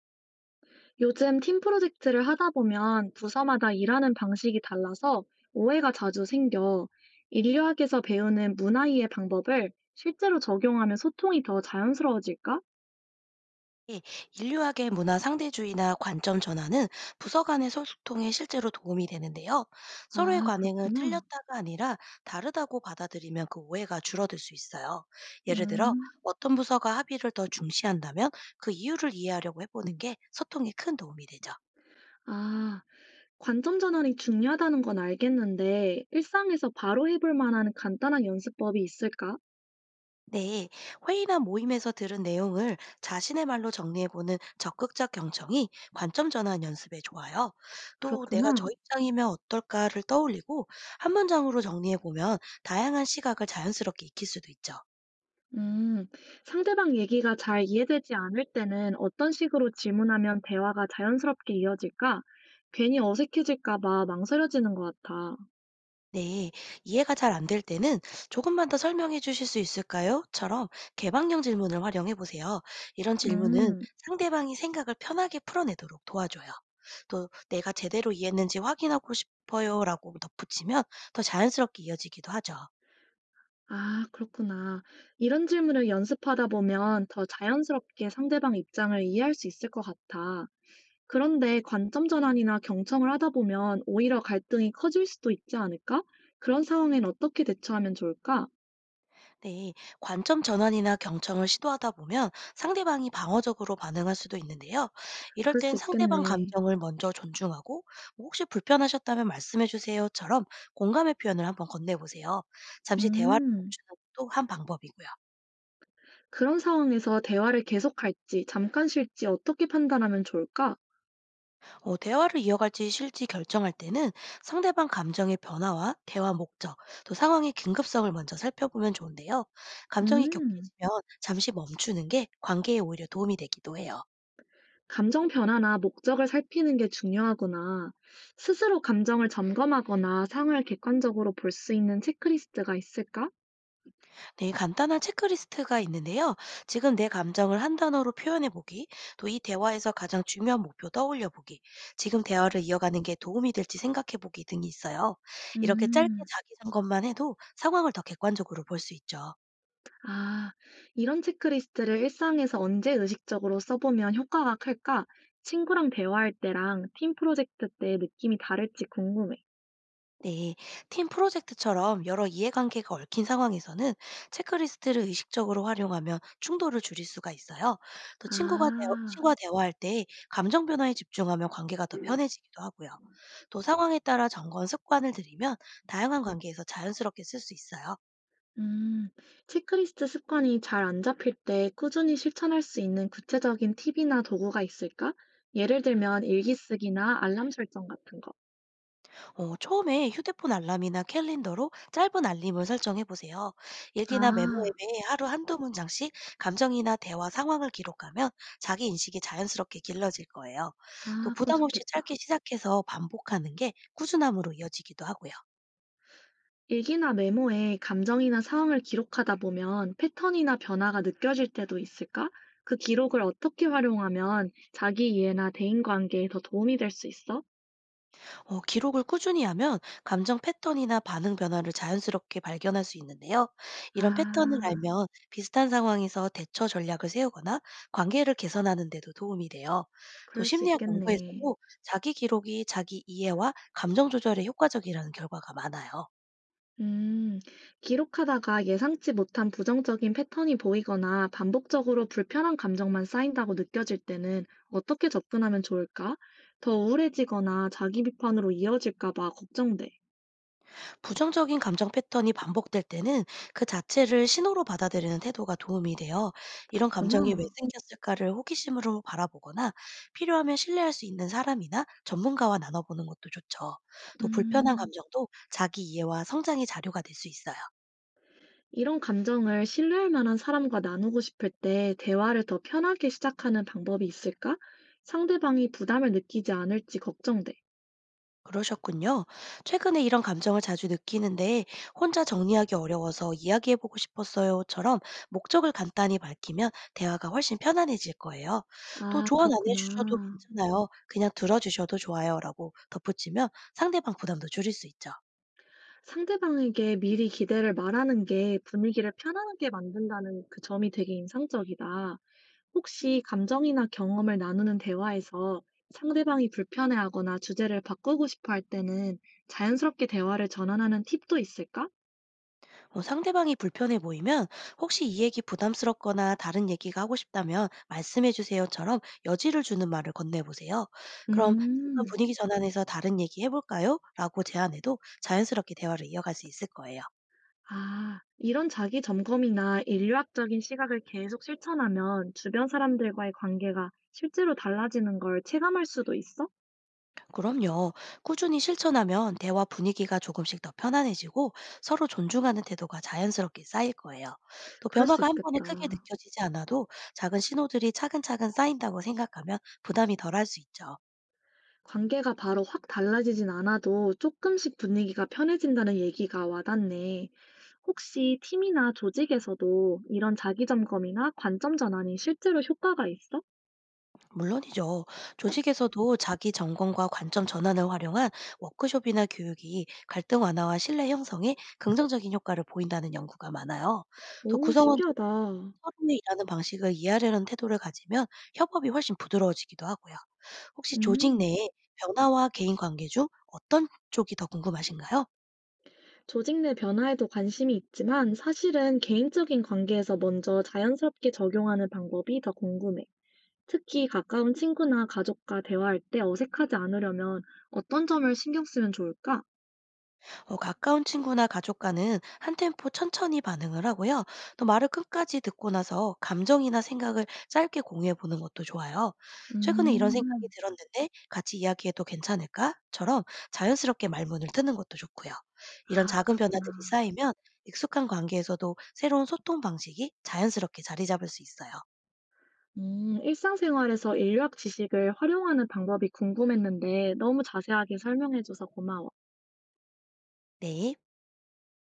요즘 팀 프로젝트를 하다 보면 부서마다 일하는 방식이 달라서 오해가 자주 생겨. 인류학에서 배우는 문화이해 방법을 실제로 적용하면 소통이 더 자연스러워질까? 예, 인류학의 문화 상대주의나 관점 전환은 부서 간의 소통에 실제로 도움이 되는데요. 서로의 아, 관행을 그렇구나. 틀렸다가 아니라 다르다고 받아들이면 그 오해가 줄어들 수 있어요. 예를 들어 음. 어떤 부서가 합의를 더 중시한다면 그 이유를 이해하려고 해보는 게 소통에 큰 도움이 되죠. 아, 관점 전환이 중요하다는 건 알겠는데, 일상에서 바로 해볼 만한 간단한 연습법이 있을까? 네, 회의나 모임에서 들은 내용을 자신의 말로 정리해보는 적극적 경청이 관점 전환 연습에 좋아요. 또 내가 저 그렇구나. 입장이면 어떨까를 떠올리고 한 문장으로 정리해보면 다양한 시각을 자연스럽게 익힐 수도 있죠. 음, 상대방 얘기가 잘 이해되지 않을 때는 어떤 식으로 질문하면 대화가 자연스럽게 이어질까? 괜히 어색해질까 봐 망설여지는 것 같아. 네, 이해가 잘 안 될 때는 조금만 더 설명해 주실 수 있을까요? 처럼 개방형 질문을 활용해 보세요. 이런 질문은 음, 상대방이 생각을 편하게 풀어내도록 도와줘요. 또 내가 제대로 이해했는지 확인하고 싶어요라고 덧붙이면 더 자연스럽게 이어지기도 하죠. 아, 그렇구나. 이런 질문을 연습하다 보면 더 자연스럽게 상대방 입장을 이해할 수 있을 것 같아. 그런데 관점 전환이나 경청을 하다 보면 오히려 갈등이 커질 수도 있지 않을까? 그런 상황엔 어떻게 대처하면 좋을까? 네, 관점 전환이나 경청을 시도하다 보면 상대방이 방어적으로 반응할 수도 있는데요. 이럴 그럴 땐 수 상대방 있겠네. 감정을 먼저 존중하고, 뭐 혹시 불편하셨다면 말씀해 주세요처럼 공감의 표현을 한번 건네보세요. 잠시 대화를 음. 멈추는 것도 한 방법이고요. 그런 상황에서 대화를 계속할지 잠깐 쉴지 어떻게 판단하면 좋을까? 대화를 이어갈지 실지 결정할 때는 상대방 감정의 변화와 대화 목적, 또 상황의 긴급성을 먼저 살펴보면 좋은데요. 감정이 음, 격해지면 잠시 멈추는 게 관계에 오히려 도움이 되기도 해요. 감정 변화나 목적을 살피는 게 중요하구나. 스스로 감정을 점검하거나 상황을 객관적으로 볼 수 있는 체크리스트가 있을까? 네, 간단한 체크리스트가 있는데요. 지금 내 감정을 한 단어로 표현해 보기, 또 이 대화에서 가장 중요한 목표 떠올려 보기, 지금 대화를 이어가는 게 도움이 될지 생각해 보기 등이 있어요. 이렇게 짧게 음, 자기 전것만 해도 상황을 더 객관적으로 볼 수 있죠. 아, 이런 체크리스트를 일상에서 언제 의식적으로 써보면 효과가 클까? 친구랑 대화할 때랑 팀 프로젝트 때 느낌이 다를지 궁금해. 네, 팀 프로젝트처럼 여러 이해관계가 얽힌 상황에서는 체크리스트를 의식적으로 활용하면 충돌을 줄일 수가 있어요. 또 친구가 대 아. 친구와 대화할 때 감정 변화에 집중하면 관계가 더 편해지기도 하고요. 또 상황에 따라 점검 습관을 들이면 다양한 관계에서 자연스럽게 쓸 수 있어요. 음, 체크리스트 습관이 잘 안 잡힐 때 꾸준히 실천할 수 있는 구체적인 팁이나 도구가 있을까? 예를 들면 일기 쓰기나 알람 설정 같은 거. 처음에 휴대폰 알람이나 캘린더로 짧은 알림을 설정해 보세요. 일기나 메모 아, 앱에 하루 한두 문장씩 감정이나 대화 상황을 기록하면 자기 인식이 자연스럽게 길러질 거예요. 또 아, 그건 부담 없이 짧게 좋겠다. 시작해서 반복하는 게 꾸준함으로 이어지기도 하고요. 일기나 메모에 감정이나 상황을 기록하다 보면 패턴이나 변화가 느껴질 때도 있을까? 그 기록을 어떻게 활용하면 자기 이해나 대인관계에 더 도움이 될 수 있어? 기록을 꾸준히 하면 감정 패턴이나 반응 변화를 자연스럽게 발견할 수 있는데요. 이런 패턴을 아, 알면 비슷한 상황에서 대처 전략을 세우거나 관계를 개선하는 데도 도움이 돼요. 또 그럴 수 심리학 있겠네. 연구에서도 자기 기록이 자기 이해와 감정 조절에 효과적이라는 결과가 많아요. 음, 기록하다가 예상치 못한 부정적인 패턴이 보이거나 반복적으로 불편한 감정만 쌓인다고 느껴질 때는 어떻게 접근하면 좋을까? 더 우울해지거나 자기 비판으로 이어질까 봐 걱정돼. 부정적인 감정 패턴이 반복될 때는 그 자체를 신호로 받아들이는 태도가 도움이 돼요. 이런 감정이 왜 그렇구나. 생겼을까를 호기심으로 바라보거나 필요하면 신뢰할 수 있는 사람이나 전문가와 나눠보는 것도 좋죠. 또 불편한 음, 감정도 자기 이해와 성장의 자료가 될 수 있어요. 이런 감정을 신뢰할 만한 사람과 나누고 싶을 때 대화를 더 편하게 시작하는 방법이 있을까? 상대방이 부담을 느끼지 않을지 걱정돼. 그러셨군요. 최근에 이런 감정을 자주 느끼는데 혼자 정리하기 어려워서 이야기해보고 싶었어요.처럼 목적을 간단히 밝히면 대화가 훨씬 편안해질 거예요. 또 아, 조언 안 해주셔도 그렇구나. 괜찮아요. 그냥 들어주셔도 좋아요.라고 덧붙이면 상대방 부담도 줄일 수 있죠. 상대방에게 미리 기대를 말하는 게 분위기를 편안하게 만든다는 그 점이 되게 인상적이다. 혹시 감정이나 경험을 나누는 대화에서 상대방이 불편해하거나 주제를 바꾸고 싶어 할 때는 자연스럽게 대화를 전환하는 팁도 있을까? 상대방이 불편해 보이면 혹시 이 얘기 부담스럽거나 다른 얘기가 하고 싶다면 말씀해 주세요처럼 여지를 주는 말을 건네보세요. 그럼 잠깐 음, 분위기 전환해서 다른 얘기 해볼까요? 라고 제안해도 자연스럽게 대화를 이어갈 수 있을 거예요. 아, 이런 자기 점검이나 인류학적인 시각을 계속 실천하면 주변 사람들과의 관계가 실제로 달라지는 걸 체감할 수도 있어? 그럼요. 꾸준히 실천하면 대화 분위기가 조금씩 더 편안해지고 서로 존중하는 태도가 자연스럽게 쌓일 거예요. 또 그럴 수 변화가 한 번에 크게 있겠다. 느껴지지 않아도 작은 신호들이 차근차근 쌓인다고 생각하면 부담이 덜할 수 있죠. 관계가 바로 확 달라지진 않아도 조금씩 분위기가 편해진다는 얘기가 와닿네. 혹시 팀이나 조직에서도 이런 자기 점검이나 관점 전환이 실제로 효과가 있어? 물론이죠. 조직에서도 자기 전공과 관점 전환을 활용한 워크숍이나 교육이 갈등 완화와 신뢰 형성에 긍정적인 효과를 보인다는 연구가 많아요. 또 오, 구성원들이 신기하다. 서로의 일하는 방식을 이해하려는 태도를 가지면 협업이 훨씬 부드러워지기도 하고요. 혹시 조직 음, 내에 변화와 개인 관계 중 어떤 쪽이 더 궁금하신가요? 조직 내 변화에도 관심이 있지만 사실은 개인적인 관계에서 먼저 자연스럽게 적용하는 방법이 더 궁금해. 특히 가까운 친구나 가족과 대화할 때 어색하지 않으려면 어떤 점을 신경 쓰면 좋을까? 가까운 친구나 가족과는 한 템포 천천히 반응을 하고요. 또 말을 끝까지 듣고 나서 감정이나 생각을 짧게 공유해 보는 것도 좋아요. 최근에 이런 생각이 음, 들었는데 같이 이야기해도 괜찮을까?처럼 자연스럽게 말문을 트는 것도 좋고요. 이런 아, 작은 그렇구나. 변화들이 쌓이면 익숙한 관계에서도 새로운 소통 방식이 자연스럽게 자리 잡을 수 있어요. 일상생활에서 인류학 지식을 활용하는 방법이 궁금했는데 너무 자세하게 설명해줘서 고마워. 네.